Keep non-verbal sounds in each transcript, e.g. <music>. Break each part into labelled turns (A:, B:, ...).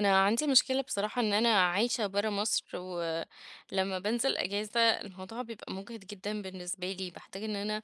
A: أنا عندي مشكلة بصراحة إن أنا عايشة برا مصر، ولمّا بانزل أجازة الموضوع بيبقى مُجهِد جدًا بالنسبة لي، باحتاج إن أنا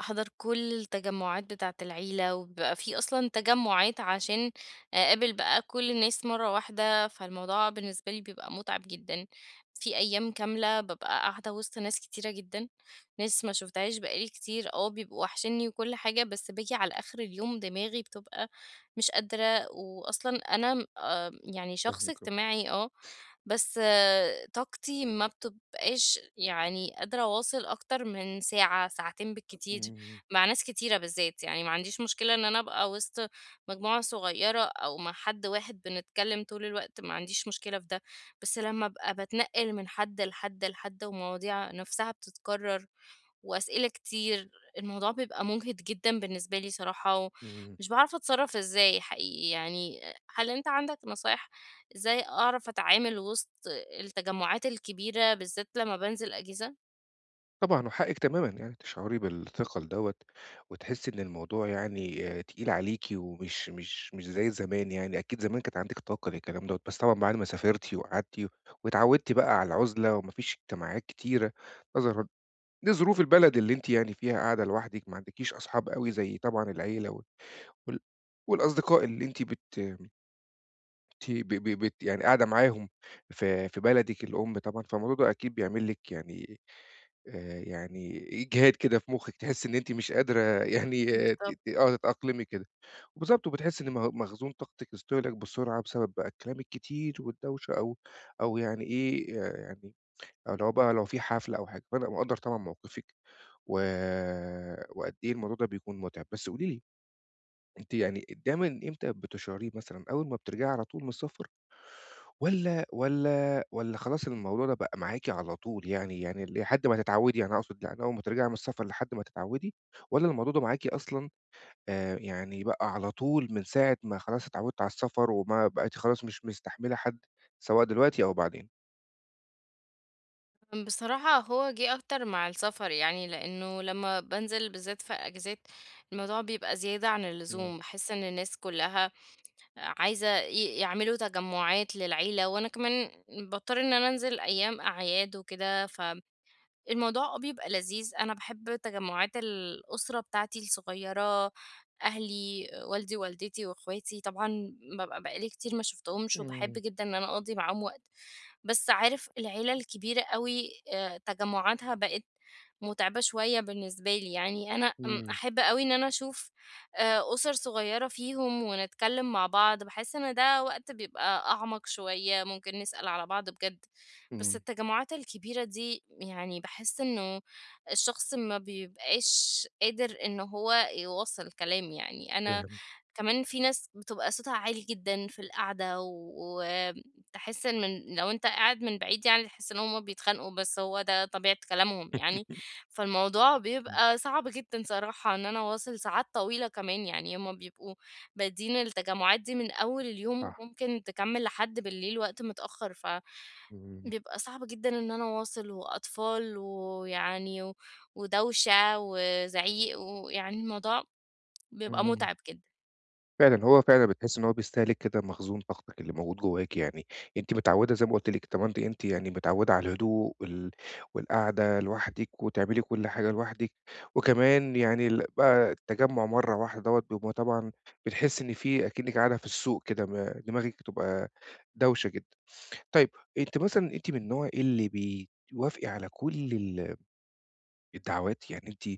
A: أحضر كل التجمُّعات بتاعة العيلة، وبيبقى في أصلًا تجمُّعات عشان أقابل بقى كل الناس مرّة واحدة، فالموضوع بالنسبة لي بيبقى مُتعب جدًا. في أيام كاملة بابقى قاعدة وسط ناس كتيرة جدًا، ناس ما شُفتهاش بقى لي كتير، آه بيبقوا وحشينّي وكل حاجة، بس باجي على آخر اليوم دماغي بتبقى مش قادرة، وأصلًا أنا يعني شخص
B: فاهمِك آه.
A: اجتماعي، بس طاقتي ما بتبقاش يعني قادرة أواصل أكتر من ساعة ساعتين بالكتير
B: إمم،
A: مع ناس كتيرة بالذات. يعني ما عنديش مشكلة إن أنا أبقى وسط مجموعة صغيرة أو مع حد واحد بنتكلم طول الوقت، ما عنديش مشكلة في ده، بس لما أبقى بتنقل من حد لحد لحد ومواضيع نفسها بتتكرر وأسئلة كتير الموضوع بيبقى مجهد جدا بالنسبة لي صراحة،
B: إمم.
A: ومش بعرف أتصرف إزاي حقيقي يعني. هل أنت عندك نصايح إزاي أعرف أتعامل وسط التجمعات الكبيرة بالذات لمّا بانزل أجازة؟
B: طبعًا وحقِّك تمامًا يعني تشعري بالثقل دوّة، وتحسّي إن الموضوع يعني تقيل عليكِ ومش مش مش زي زمان يعني، أكيد زمان كانت عندِك طاقة للكلام دوّة، بس طبعًا بعد ما سافرتِ وقعدتِ واتعوّدتِ بقى على العُزلة وما فيش اجتماعات كتيرة نظرًا لظروف البلد اللي أنتِ يعني فيها قاعدة لوحدِك، ما عندكيش أصحاب أوي زي طبعًا العيلة وال والأصدقاء اللي أنتِ بت أنتِ ب ب بت يعني قاعدة معاهم في بلدِك الأم طبعًا، فالموضوع ده أكيد بيعمل لِك يعني يعني إجهاد كده في مُخِّك، تحسّي إن أنتِ مش قادرة <laughs> يعني ت
A: بالضبط.
B: ت آه، تتأقلمي كده. وبالضبط، وبتحسّي إن مخزون طاقتِك استهلك بسرعة بسبب بقى الكلام الكتير والدوشة أو يعني إيه، يعني أو لو بقى لو في حفلة أو حاجة، فأنا مقدّر طبعًا موقفِك و وقد إيه الموضوع ده بيكون مُتعب. بس قولي لي، أنتِ يعني دايمًا إمتى بتشعري مثلًا، أول ما بترجعي على طول من السفر؟ والّا خلاص الموضوع ده بقى معاكِ على طول يعني، يعني لحد ما تتعوّدي، يعني أقصد يعني أول ما ترجعي من السفر لحد ما تتعوّدي، والّا الموضوع ده معاكِ أصلًا يعني بقى على طول من ساعة ما خلاص اتعوّدتِ على السفر وما بقيتِ خلاص مش مستحملة حد، سواء دلوقتي أو بعدين؟
A: بصراحة هو جِه أكتر مع السفر يعني، لإنه لمّا بانزل بالذات في أجازات، الموضوع بيبقى زيادة عن
B: إمم،
A: اللزوم، باحس إن الناس كلّها عايزة يعملوا تجمعات للعيلة، وأنا كمان باضطر إن أنا أنزل أيام أعياد وكده، ف الموضوع بيبقى لذيذ، أنا باحب تجمُّعات الأسرة بتاعتي الصغيّرة، أهلي، والدي ووالدتي وإخواتي، طبعًا بابقى بقى لي كتير ما شُفتهمش وباحب
B: إمم،
A: جدًا إن أنا أقضّي معاهم وقت، بس عارف العيلة الكبيرة أوي تجمُّعاتها بقت مُتعبة شوية بالنسبة لي، يعني أنا
B: إمم،
A: أحب أوي إن أنا أشوف أُسَر صغيّرة فيهم ونتكلّم مع بعض، باحس إن ده وقت بيبقى أعمق شوية، ممكن نسأل على بعض بجد. بس
B: إمم،
A: التجمعات الكبيرة دي يعني باحس إنه الشخص ما بيبقاش قادر إن هو يواصل كلام يعني. أنا
B: فاهم.
A: كمان في ناس بتبقى صوتها عالي جدًا في القعدة وتحس إن لو أنت قاعد من بعيد يعني تحس إن هم بيتخانقوا، بس هو ده طبيعة كلامهم يعني.
B: <laughs>
A: فالموضوع بيبقى صعب جدًا صراحة إن أنا أواصل ساعات طويلة كمان، يعني هم بيبقوا بادئين التجمعات دي من أول اليوم
B: آه.
A: وممكن تكمّل لحد بالليل وقت متأخر، ف
B: إمم،
A: بيبقى صعب جدًا إن أنا أواصل وأطفال ويعني ودوشة وزعيق، ويعني الموضوع بيبقى
B: إمم.
A: مُتعب جدًا.
B: فعلًا، هو فعلًا بتحسّي إن هو بيستهلك كده مخزون طاقتِك اللي موجود جواكِ يعني، أنتِ متعوّدة زي ما قُلت لِك، طالما أنتِ يعني متعوّدة على الهدوء والقعدة لوحدِك وتعملي كل حاجة لوحدِك، وكمان يعني ال بقى التجمُّع مرّة واحدة دوّة بيبقى طبعًا بتحسّي إن في أكنِّك قاعدة في السوق كده، ما دماغِك بتبقى دوشة جدًا. طيب، أنتِ مثلًا أنتِ من النوع اللي بتوافقي على كل الدعوات، يعني أنتِ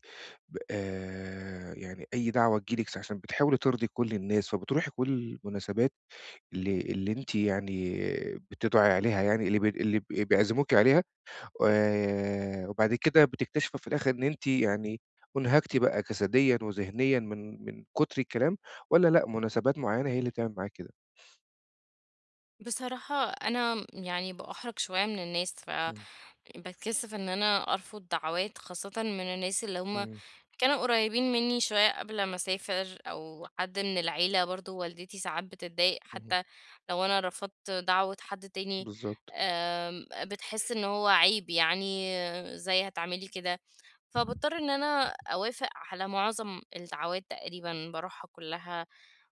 B: ب يعني أي دعوة تيجي لِك عشان بتحاولي ترضي كل الناس، فبتروحي كل المناسبات اللي أنتِ يعني بتدعي عليها يعني اللي ب اللي ب بيعزموكِ عليها، وبعد كده بتكتشفي في الآخر إن أنتِ يعني أُنهكتِ بقى جسديًا وذهنيًا من كتر الكلام، والّا لأ مناسبات معينة هي اللي بتعمل معاكِ كده؟
A: بصراحة أنا يعني بأُحرج شوية من الناس،
B: إمم،
A: فباتكسف إن أنا أرفض دعوات خاصةً من الناس اللي هُم
B: إمم،
A: كانوا قريبين مني شوية قبل ما أسافر، أو حد من العيلة برضه والدتي ساعات بتتضايق
B: اهم.
A: حتى لو أنا رفضت دعوة حد تاني،
B: بالضبط.
A: بتحس إن هو عيب يعني إزاي هتعملي كده؟ فباضطر إن أنا أوافق على معظم الدعوات تقريبًا باروحها كلّها،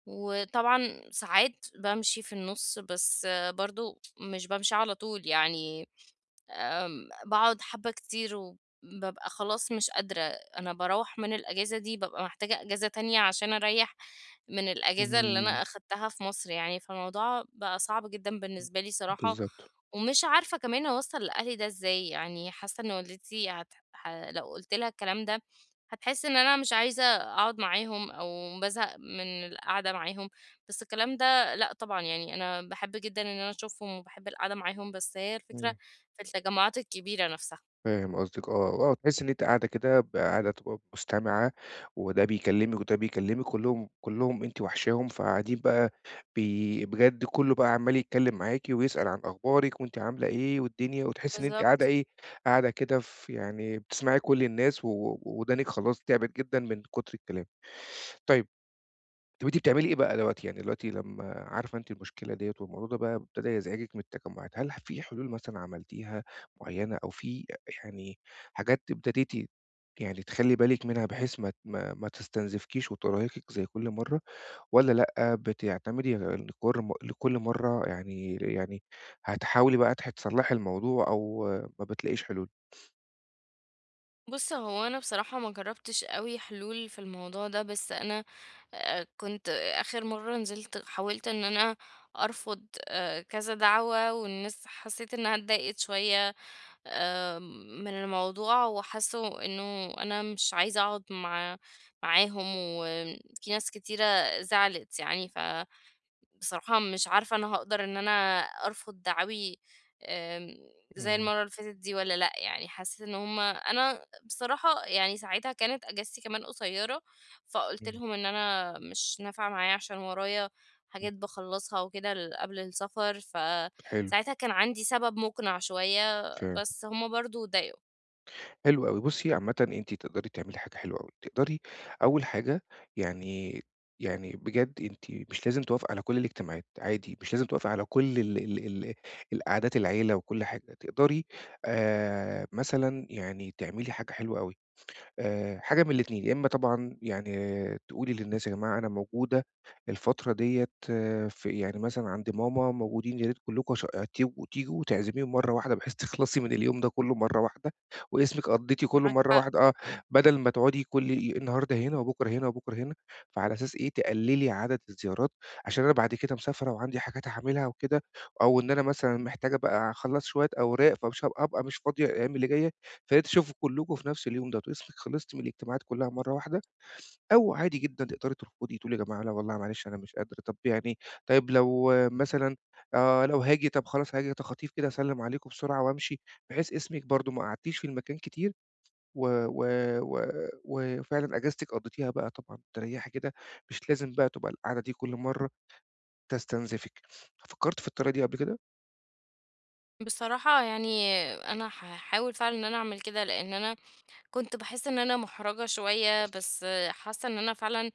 A: وطبعًا ساعات بامشي في النُص، بس برضه مش بامشي على طول يعني، باقعد حبّة كتير وبابقى خلاص مش قادرة، أنا باروّح من الأجازة دي بابقى محتاجة أجازة تانية عشان أريّح من الأجازة اللي أنا
B: إمم.
A: أخدتها في مصر يعني، فالموضوع بقى صعب جدًا بالنسبة لي صراحة،
B: بالضبط.
A: ومش عارفة كمان أوصّل لأهلي ده إزاي، يعني حاسة إن والدتي هت ح لو قُلت لها الكلام ده هتحس إن أنا مش عايزة أقعد معاهم أو بازهق من القعدة معاهم، بس الكلام ده لأ طبعًا، يعني أنا باحب جدًا إن أنا أشوفهم وباحب القعدة معاهم، بس هي الفكرة
B: إمم.
A: في التجمعات الكبيرة نفسها.
B: فاهم قصدِك، آه، آه، تحسّي إن أنتِ قاعدة كده قاعدة تبقى مستمعة، وده بيكلّمِك وده بيكلّمِك، كلّهم كلّهم أنتِ واحشاهم، فقاعدين بقى بجد كلّه بقى عمّال يتكلّم معاكِ ويسأل عن أخبارِك وأنتِ عاملة إيه والدنيا، وتحسّي إن أنتِ قاعدة
A: بالضبط.
B: إيه، قاعدة كده في يعني بتسمعي كل الناس و وودانِك خلاص تعبت جدًا من كُتر الكلام. طيب، طب، أنتِ بتعملي إيه بقى دلوقتي؟ يعني دلوقتي لمّا عارفة أنتِ المشكلة ديّة والموضوع ده بقى ابتدى يزعجِك من التجمُّعات، هل في حلول مثلًا عملتيها معيّنة أو في يعني حاجات ابتديتِ يعني تخلّي بالِك منها بحيث ما ت ما ما تستنزفكيش وترهقِك زي كل مرّة، والّا لأ، بتعتمدي لكر م لكل مرّة يعني هتحاولي بقى تصلّحي الموضوع أو ما بتلاقيش حلول؟
A: بُص، هو أنا بصراحة ما جرّبتش أوي حلول في الموضوع ده، بس أنا كنت آخر مرّة نزلت حاولت إن أنا أرفض كذا دعوة والناس حسّيت إنّها اتضايقت شوية آآ من الموضوع وحسّوا إنه أنا مش عايزة أقعد معاهم، وفي ناس كتيرة زعلت يعني، ف بصراحة مش عارفة أنا هاقدر إن أنا أرفض دعاوي، آمم، زي
B: إمم،
A: المرّة اللي فاتت دي والّا لأ، يعني حسّيت إن أنا بصراحة يعني ساعتها كانت أجازتي كمان قصيّرة، فقُلت
B: إمم،
A: لهم إن أنا مش نافعة معايا عشان ورايا
B: إمم،
A: حاجات باخلّصها وكده قبل السفر،
B: حلو،
A: فساعتها كان عندي سبب مُقنع شوية،
B: ف
A: بس هُم برضه اتضايقوا.
B: حلو أوي. بُصّي، عامةً أنتِ تقدري تعملي حاجة حلوة أوي، تقدري أول حاجة يعني بجد أنتِ مش لازم توافقي على كل الاجتماعات، عادي مش لازم توافقي على كل ال ال ال القعدات العيلة وكل حاجة، تقدري مثلًا يعني تعملي حاجة حلوة أوي. حاجة من الاتنين، يا إمّا طبعًا يعني تقولي للناس يا جماعة أنا موجودة الفترة ديّة في يعني مثلًا عند ماما، موجودين يا ريت كلّكم تيجوا، تعزميهم مرّة واحدة بحيث <laughs> تخلصي من اليوم ده كلّه مرّة واحدة، واسمِك قضّيتِ كلّه
A: معاك
B: مرّة واحدة آه، بدل ما تقعدي كل النهارده هنا وبُكرة هنا وبُكرة هنا، فعلى أساس إيه تقلّلي عدد الزيارات، عشان أنا بعد كده مسافرة وعندي حاجات هاعملها وكده، أو إن أنا مثلًا محتاجة بقى أخلّص شوية أوراق، فمش أبقى مش فاضية الأيام اللي جاية، فيا تشوفوا كلّكم في نفس اليوم ده، تقولي أصلِك خلصتِ من الاجتماعات كلّها مرّة واحدة، أو عادي جدًا تقدري ترفضي، تقولي يا جماعة لأ والله معلش أنا مش قادرة، طَب يعني طيب لو آه، مثلًا لو هاجي طَب خلاص هاجي تخاطيف كده، أسلّم عليكم بسرعة وأمشي، بحيث اسمِك برضه ما قعدتيش في المكان كتير و و و وفعلًا أجازتِك قضّيتيها بقى طبعًا مستريّحة كده، مش لازم بقى تبقى القعدة دي كل مرّة تستنزفِك. فكّرتِ في الطريقة دي قبل كده؟
A: بصراحة يعني أنا هاحاول فعلًا إن أنا أعمل كده، لإن أنا كنت باحس إن أنا مُحرَجة شوية، بس حاسة إن أنا فعلًا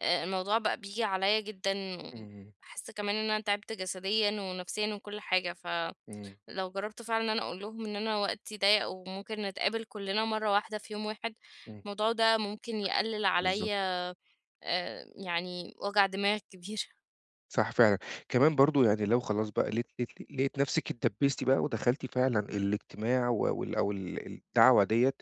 A: الموضوع بقى بييجي عليّا جدًا،
B: إمم،
A: باحس كمان إن أنا تعبت جسديًا ونفسيًا وكل حاجة، فلو
B: إمم،
A: جرّبت فعلًا إن أنا أقول لهم إن أنا وقتي ضيّق وممكن نتقابل كُلّنا مرّة واحدة في يوم واحد،
B: إمم،
A: الموضوع ده ممكن يقلِّل
B: بالضبط.
A: عليّا يعني وجع دماغ كبير.
B: صح فعلًا. كمان برضه يعني لو خلاص بقى لقيتِ نفسِك اتدبّستِ بقى ودخلتِ فعلًا الاجتماع و وال أو ال الدعوة ديّة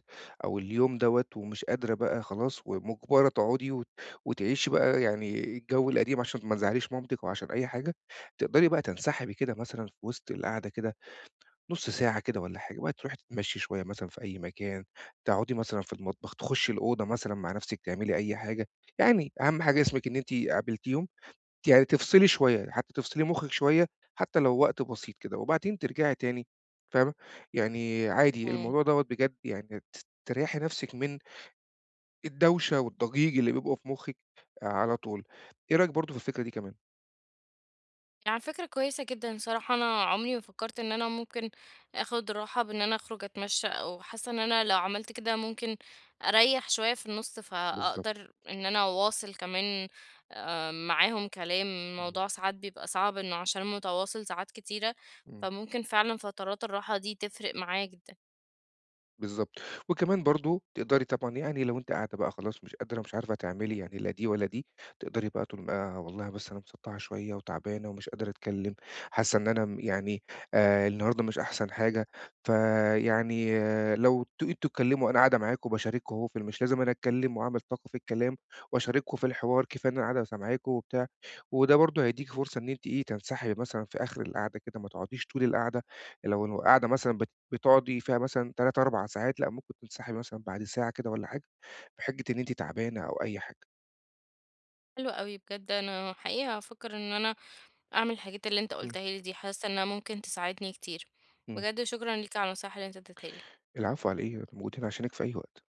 B: أو اليوم دوّة ومش قادرة بقى خلاص ومُجبرة تقعدي وتعيشي بقى يعني الجو القديم عشان ما تزعّليش مامتِك وعشان أي حاجة، تقدري بقى تنسحبي كده مثلًا في وسط القعدة كده نُص ساعة كده والّا حاجة، بقى تروحي تتمشّي شوية مثلًا في أي مكان، تقعدي مثلًا في المطبخ، تخُشّي الأوضة مثلًا مع نفسِك تعملي أي حاجة، يعني أهم حاجة اسمِك إن أنتِ قابلتيهم، يعني تفصلي شوية، حتى تفصلي مُخِّك شوية، حتى لو وقت بسيط كده، وبعدين ترجعي تاني، فاهمة؟ يعني عادي
A: إمم.
B: الموضوع دوّة بجد يعني تريّحي نَفْسِك من الدوشة والضجيج اللي بيبقوا في مُخِّك على طول. إيه رأيك برضه في الفكرة دي كمان؟
A: يعني فكرة كويسة جدا صراحة، أنا عمري ما فكرت إن أنا ممكن أخد راحة بإن أنا أخرج أتمشى أو حاسة إن أنا لو عملت كده ممكن أريح شوية في النص
B: بالضبط،
A: فأقدر إن أنا أواصل كمان معاهم كلام
B: إمم،
A: الموضوع ساعات بيبقى صعب إنه عشان متواصل ساعات كتيرة،
B: إمم.
A: فممكن فعلا فترات الراحة دي تفرق معايا جدا.
B: بالضبط. وكمان برضه تقدري طبعًا يعني لو أنتِ قاعدة بقى خلاص مش قادرة ومش عارفة تعملي يعني لا دي ولا دي، تقدري بقى تقولي لها والله بس أنا مسطّعة شوية وتعبانة ومش قادرة أتكلّم، حاسة إن أنا يعني النهارده مش أحسن حاجة، فيعني آه لو أنتم اتكلّموا أنا قاعدة معاكم وباشارككم أهو، في ال مش لازم أنا أتكلّم وأعمل طاقة في الكلام وأشارككم في الحوار، كفاية إن أنا قاعدة سامعاكم وبتاع، وده برضه هيدّيكِ فرصة إن أنتِ إيه، تنسحبي مثلًا في آخر القعدة كده، ما تقعديش طول القعدة لو قاعدة مثلًا بتقعدي فيها مثلًا 3، 4 ساعات، لأ ممكن تنسحبي مثلًا بعد ساعة كده والّا حاجة، بحجة إن أنتِ تعبانة أو أي حاجة.
A: حلو قوي بجد، أنا حقيقة هفكر إن أنا أعمل الحاجات اللي أنت
B: إمم،
A: قلتها لي دي، حاسة إنها ممكن تساعدني كتير.
B: إمم.
A: بجد شكرا ليك على النصايح اللي أنت اديتها لي.
B: العفو على إيه، أنا موجود هنا عشانِك في أي وقت.